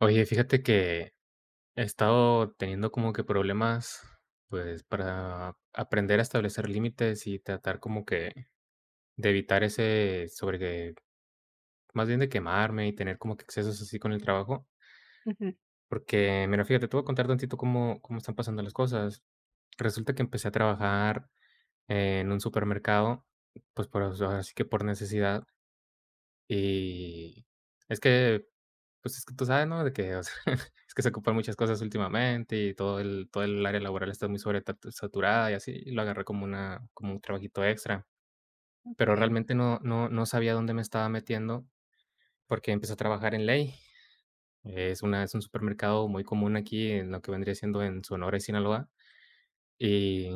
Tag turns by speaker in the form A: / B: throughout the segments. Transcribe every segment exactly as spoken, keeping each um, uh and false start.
A: Oye, fíjate que he estado teniendo como que problemas, pues, para aprender a establecer límites y tratar como que de evitar ese sobre que más bien de quemarme y tener como que excesos así con el trabajo.
B: Ujú,
A: Porque, mira, fíjate, te voy a contar tantito cómo, cómo están pasando las cosas. Resulta que empecé a trabajar en un supermercado, pues, por, ahora sí que por necesidad. Y es que pues es que tú sabes, ¿no? De que, o sea, es que se ocupan muchas cosas últimamente y todo el todo el área laboral está muy sobretat saturada y así, y lo agarré como una como un trabajito extra. Pero
B: okey,
A: realmente no no no sabía dónde me estaba metiendo, porque empecé a trabajar en Ley. Es una es un supermercado muy común aquí en lo que vendría siendo en Sonora y Sinaloa, y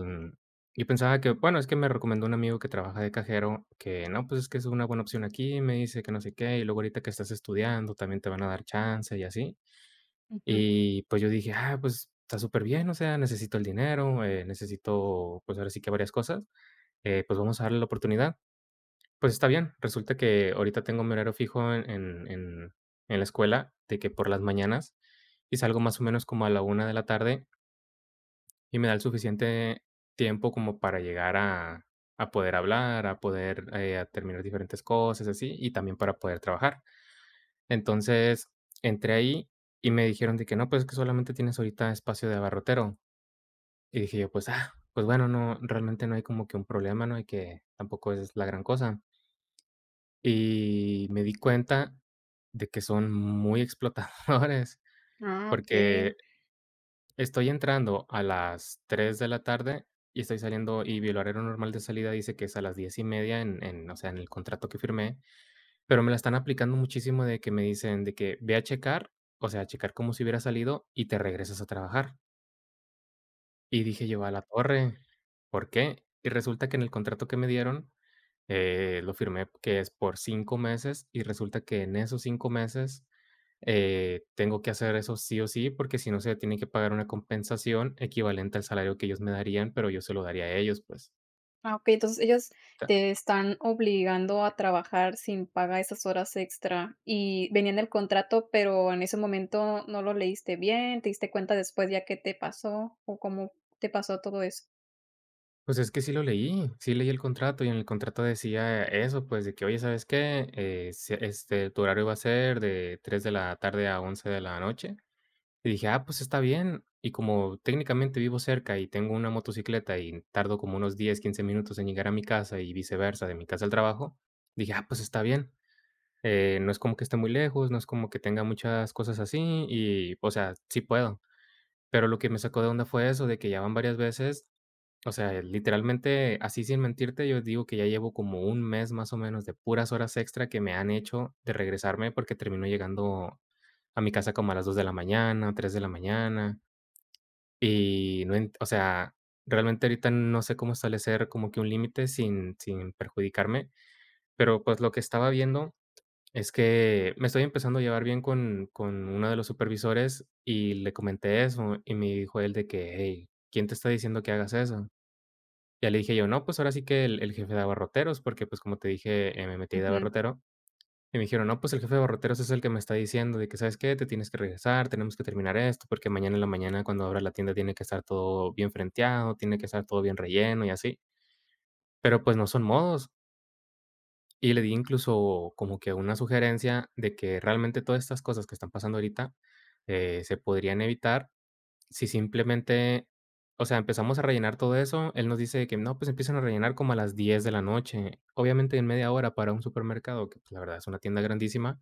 A: y pensaba que, bueno, es que me recomendó un amigo que trabaja de cajero que: "No, pues es que es una buena opción aquí", me dice que no sé qué, y luego ahorita que estás estudiando también te van a dar chance y así.
B: ujú.
A: Y pues yo dije: "Ah, pues está súper bien, o sea, necesito el dinero, eh, necesito, pues, ahora sí que varias cosas, eh, pues vamos a darle la oportunidad". Pues está bien, resulta que ahorita tengo mi horario fijo en en en en la escuela, de que por las mañanas, y salgo más o menos como a la una de la tarde, y me da el suficiente tiempo como para llegar a a poder hablar, a poder, eh, a terminar diferentes cosas, así, y también para poder trabajar. Entonces, entré ahí y me dijeron de que: "No, pues, es que solamente tienes ahorita espacio de abarrotero". Y dije yo: "Pues, ah, pues bueno, no, realmente no hay como que un problema, ¿no? Hay que tampoco es la gran cosa". Y me di cuenta de que son muy explotadores,
B: Ah, okey.
A: porque estoy entrando a las tres de la tarde y estoy saliendo y mi horario normal de salida dice que es a las diez y media en en, o sea, en el contrato que firmé. Pero me la están aplicando muchísimo de que me dicen de que: "Ve a checar", o sea, a checar como si hubiera salido y te regresas a trabajar. Y dije yo: "A la torre, ¿por qué?". Y resulta que en el contrato que me dieron, eh, lo firmé que es por cinco meses, y resulta que en esos cinco meses, eh, tengo que hacer eso sí o sí, porque si no se tiene que pagar una compensación equivalente al salario que ellos me darían, pero yo se lo daría a ellos, pues.
B: Ah, okey, entonces ellas te están obligando a trabajar sin paga esas horas extra, y venía en el contrato, pero en ese momento no lo leíste bien, ¿te diste cuenta después ya qué te pasó, o cómo te pasó todo eso?
A: Pues es que sí lo leí, sí leí el contrato y en el contrato decía eso, pues de que, oye, ¿sabes qué? Eh, se- este, tu horario va a ser de tres de la tarde a once de la noche. Y dije, ah, pues está bien. Y como técnicamente vivo cerca y tengo una motocicleta y tardo como unos diez, quince minutos en llegar a mi casa y viceversa, de mi casa al trabajo, dije, ah, pues está bien. Eh, no es como que esté muy lejos, no es como que tenga muchas cosas así y, o sea, sí puedo. Pero lo que me sacó de onda fue eso, de que ya van varias veces, o sea, literalmente, así sin mentirte, yo digo que ya llevo como un mes más o menos de puras horas extra que me han hecho de regresarme porque termino llegando a mi casa como a las dos de la mañana, tres de la mañana y no en, o sea, realmente ahorita no sé cómo establecer como que un límite sin sin perjudicarme, pero, pues, lo que estaba viendo es que me estoy empezando a llevar bien con con uno de los supervisores y le comenté eso, y me dijo él de que: "Hey, ¿quién te está diciendo que hagas eso?". Ya le dije yo: "No, pues ahora sí que el el jefe de abarroteros", porque, pues, como te dije, eh, me metí de
B: Ujú,
A: abarrotero, y me dijeron: "No, pues el jefe de abarroteros es el que me está diciendo de que, ¿sabes qué? Te tienes que regresar, tenemos que terminar esto, porque mañana en la mañana cuando abra la tienda tiene que estar todo bien frenteado, tiene que estar todo bien relleno y así". Pero, pues, no son modos. Y le di incluso como que una sugerencia de que realmente todas estas cosas que están pasando ahorita, eh, se podrían evitar si simplemente, o sea, empezamos a rellenar todo eso, él nos dice que no, pues empiezan a rellenar como a las diez de la noche. Obviamente en media hora para un supermercado, que pues, la verdad es una tienda grandísima,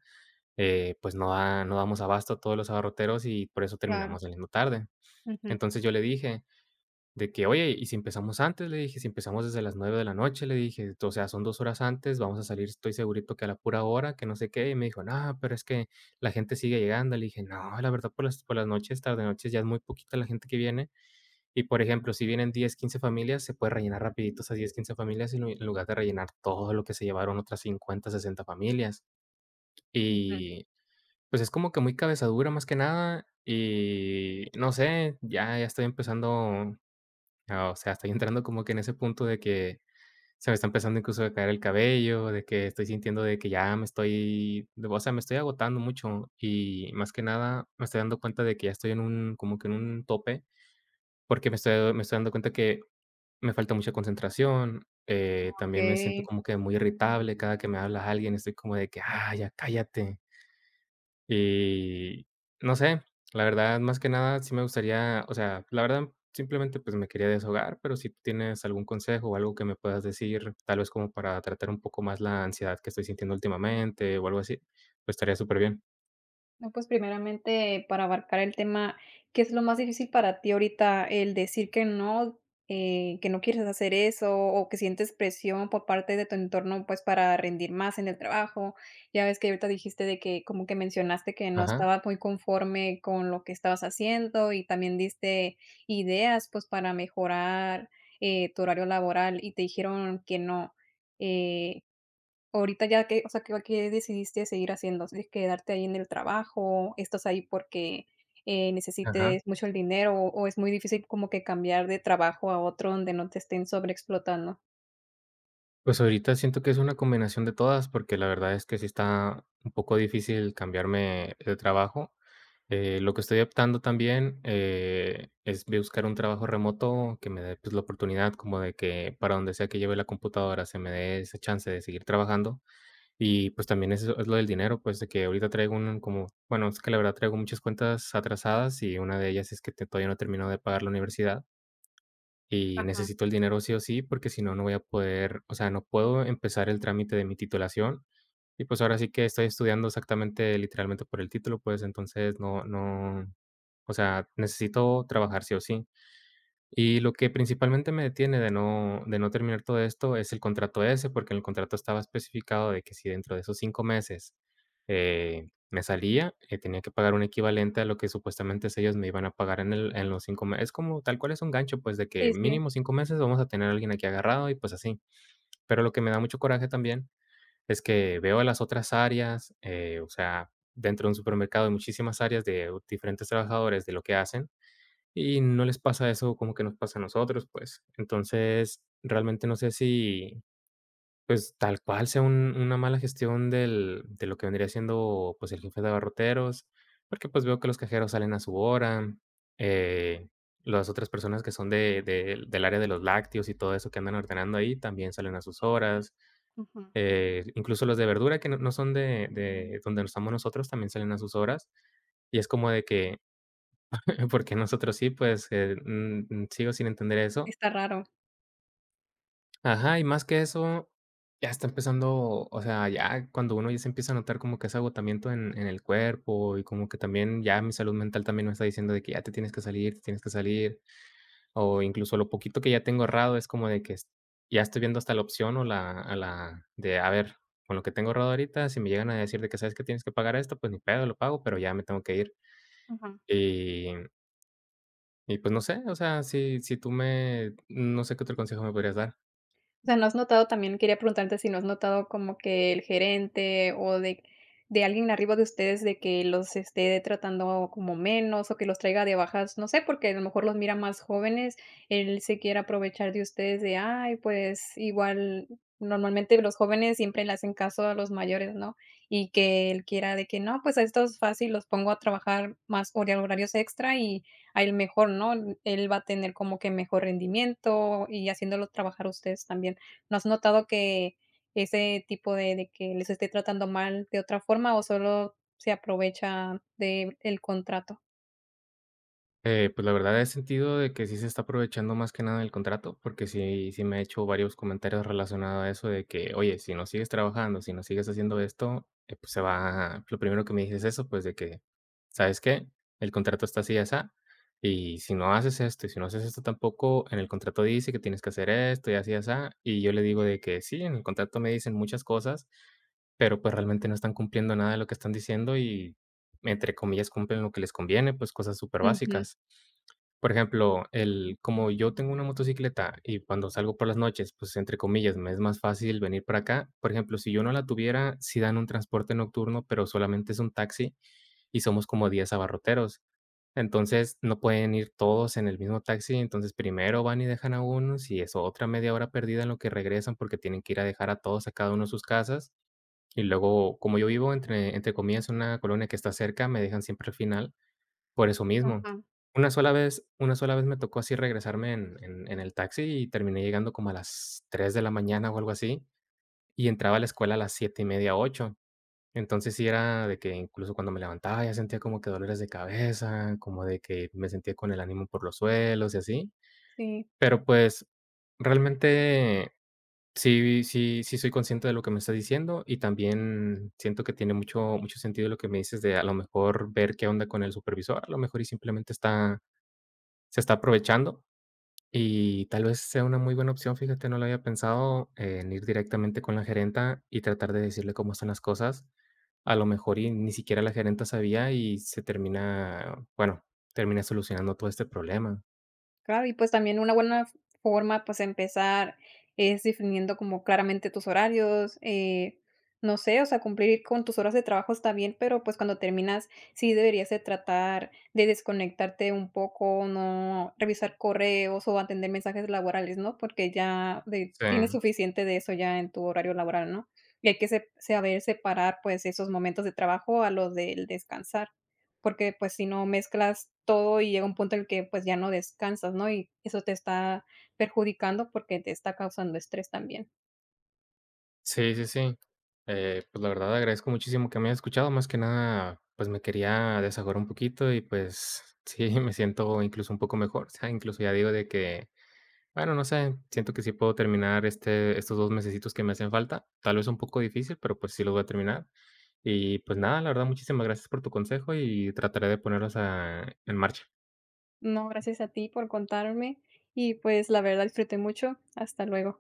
A: eh, pues no, da- no damos abasto a todos los abarroteros y por eso
B: claro,
A: terminamos saliendo tarde.
B: ujú,
A: Entonces yo le dije de que, oye, y si empezamos antes, le dije, si empezamos desde las nueve de la noche, le dije, o sea, son dos horas antes, vamos a salir, estoy segurito que a la pura hora, que no sé qué, y me dijo, no, pero es que la gente sigue llegando. Le dije, no, la verdad, por las, por las noches, tarde noches, ya es muy poquita la gente que viene y por ejemplo, si vienen diez quince familias, se puede rellenar rapidito esas diez quince familias en lu- en lugar de rellenar todo lo que se llevaron otras cincuenta sesenta familias.
B: ujú,
A: Y pues es como que muy cabezadura más que nada. Y no sé, ya, ya estoy empezando, ah, o sea, estoy entrando como que en ese punto de que se me está empezando incluso a caer el cabello, de que estoy sintiendo de que ya me estoy, de- o sea, me estoy agotando mucho. Y más que nada, me estoy dando cuenta de que ya estoy en un, como que en un tope porque me estoy, me estoy dando cuenta que me falta mucha concentración, eh, también me siento
B: okey.
A: como que muy irritable, cada que me habla alguien estoy como de que: "Ah, ya cállate". Y no sé, la verdad, más que nada, sí me gustaría, o sea, la verdad, simplemente, pues, me quería desahogar, pero si tú tienes algún consejo o algo que me puedas decir, tal vez como para tratar un poco más la ansiedad que estoy sintiendo últimamente o algo así, pues, estaría súper bien.
B: No, pues primeramente, para abarcar el tema, ¿qué es lo más difícil para ti ahorita? El decir que no, eh, que no quieres hacer eso o que sientes presión por parte de tu entorno, pues para rendir más en el trabajo. Ya ves que ahorita dijiste de que como que mencionaste que no
A: Ajá,
B: estabas muy conforme con lo que estabas haciendo y también diste ideas, pues para mejorar eh, tu horario laboral y te dijeron que no. Eh, Ahorita ya que, o sea, que que decidiste seguir haciendo, si quedarte ahí en el trabajo, estás ahí porque, eh,
A: ajá.
B: necesites mucho el dinero, o o es muy difícil como que cambiar de trabajo a otro donde no te estén sobreexplotando.
A: Pues, ahorita siento que es una combinación de todas, porque la verdad es que sí está un poco difícil cambiarme de trabajo. Eh, lo que estoy optando también, eh, es buscar un trabajo remoto que me dé, pues, la oportunidad como de que para donde sea que lleve la computadora se me dé esa chance de seguir trabajando. Y, pues, también eso es lo del dinero, pues, de que ahorita traigo un como bueno, es que la verdad traigo muchas cuentas atrasadas y una de ellas es que te todavía no termino de pagar la universidad y
B: Ajá.
A: necesito el dinero sí o sí, porque si no, no voy a poder, o sea, no puedo empezar el trámite de mi titulación. Y pues ahora sí que estoy estudiando exactamente, literalmente por el título, pues entonces no, no, o sea, necesito trabajar sí o sí. Y lo que principalmente me detiene de no de no terminar todo esto es el contrato ese, porque en el contrato estaba especificado de que si dentro de esos cinco meses, eh, me salía, eh, tenía que pagar un equivalente a lo que supuestamente ellos me iban a pagar en el en los cinco meses. Es como tal cual es un gancho, pues, de que
B: Sí, sí.
A: mínimo cinco meses vamos a tener a alguien aquí agarrado y, pues, así. Pero lo que me da mucho coraje también es que veo las otras áreas, eh, o sea, dentro de un supermercado hay muchísimas áreas de diferentes trabajadores de lo que hacen, y no les pasa eso como que nos pasa a nosotros, pues. Entonces, realmente no sé si, pues, tal cual sea un una mala gestión del de lo que vendría siendo, pues, el jefe de abarroteros, porque, pues, veo que los cajeros salen a su hora, eh, las otras personas que son de de del área de los lácteos y todo eso que andan ordenando ahí también salen a sus horas,
B: Ujú.
A: eh, incluso los de verdura que no no son de de donde estamos nosotros también salen a sus horas, y es como de que porque nosotros sí, pues, eh, mm, mm, sigo sin entender eso.
B: Está raro.
A: Ajá, y más que eso, ya está empezando, o sea, ya cuando uno ya se empieza a notar como que ese agotamiento en en el cuerpo y como que también ya mi salud mental también me está diciendo de que ya te tienes que salir, te tienes que salir, o incluso lo poquito que ya tengo ahorrado es como de que s ya estoy viendo hasta la opción o la a la de, a ver, con lo que tengo ahorrado ahorita, si me llegan a decir de que: "¿Sabes que tienes que pagar esto?", pues ni pedo, lo pago, pero ya me tengo que ir.
B: Ujú.
A: Y pues no sé, o sea, si si tú me no sé qué otro consejo me podrías dar.
B: O sea, ¿no has notado también? Quería preguntarte si no has notado como que el gerente o de de alguien arriba de ustedes de que los esté tratando como menos o que los traiga de bajas, no sé, porque a lo mejor los mira más jóvenes, él se quiere aprovechar de ustedes de, ay, pues igual normalmente los jóvenes siempre le hacen caso a los mayores, ¿no? Y que él quiera de que no, pues a estos fácil los pongo a trabajar más hora horarios extra y a él mejor, ¿no? Él va a tener como que mejor rendimiento y haciéndolo trabajar a ustedes también. ¿No has notado que ese tipo de de que les esté tratando mal de otra forma o solo se aprovecha de el contrato?
A: Eh, pues la verdad he sentido de que sí se está aprovechando más que nada el contrato, porque sí, sí me ha hecho varios comentarios relacionados a eso de que, oye, si no sigues trabajando, si no sigues haciendo esto, eh, pues se va, lo primero que me dices es eso, pues de que, ¿sabes qué? El contrato está así y así, y si no haces esto y si no haces esto tampoco, en el contrato dice que tienes que hacer esto y así y así, y yo le digo de que sí, en el contrato me dicen muchas cosas, pero pues realmente no están cumpliendo nada de lo que están diciendo y, entre comillas, cumplen lo que les conviene, pues cosas
B: Ujú,
A: superbásicas. Por ejemplo, el como yo tengo una motocicleta y cuando salgo por las noches, pues, entre comillas, me es más fácil venir para acá. Por ejemplo, si yo no la tuviera, sí dan un transporte nocturno, pero solamente es un taxi y somos como diez abarroteros. Entonces, no pueden ir todos en el mismo taxi, entonces primero van y dejan a unos y eso otra media hora perdida en lo que regresan porque tienen que ir a dejar a todos a cada uno a sus casas. Y luego, como yo vivo, entre entre comillas, una colonia que está cerca, me dejan siempre al final, por eso mismo.
B: ajá,
A: Una sola vez, una sola vez me tocó así regresarme en en en el taxi y terminé llegando como a las tres de la mañana o algo así, y entraba a la escuela a las siete y media, ocho. Entonces, sí era de que incluso cuando me levantaba ya sentía como que dolores de cabeza, como de que me sentía con el ánimo por los suelos y así.
B: sí.
A: Pero, pues, realmente sí, sí, sí soy consciente de lo que me estás diciendo y también siento que tiene mucho mucho sentido lo que me dices de, a lo mejor, ver qué onda con el supervisor, a lo mejor y simplemente está, se está aprovechando, y tal vez sea una muy buena opción, fíjate, no lo había pensado, eh, en ir directamente con la gerenta y tratar de decirle cómo están las cosas. A lo mejor y ni siquiera la gerenta sabía y se termina, bueno, termina solucionando todo este problema.
B: Claro, y pues también una buena forma, pues empezar es definiendo como claramente tus horarios, eh, no sé, o sea, cumplir con tus horas de trabajo está bien, pero pues cuando terminas sí deberías de tratar de desconectarte un poco, no revisar correos o atender mensajes laborales, ¿no? Porque ya de,
A: Sí.
B: tienes suficiente de eso ya en tu horario laboral, ¿no? Y hay que se- saber separar pues esos momentos de trabajo a los del descansar. Porque, pues, si no mezclas todo y llega un punto en el que, pues, ya no descansas, ¿no? Y eso te está perjudicando porque te está causando estrés también.
A: Sí, sí, sí. Eh, pues la verdad agradezco muchísimo que me hayas escuchado. Más que nada, pues me quería desahogar un poquito y pues sí, me siento incluso un poco mejor. O sea, incluso ya digo de que, bueno, no sé, siento que sí puedo terminar este, estos dos mesecitos que me hacen falta. Tal vez un poco difícil, pero pues sí los voy a terminar. Y pues nada, la verdad, muchísimas gracias por tu consejo y trataré de ponerlos a- en marcha.
B: No, gracias a ti por contarme y, pues, la verdad disfruté mucho. Hasta luego.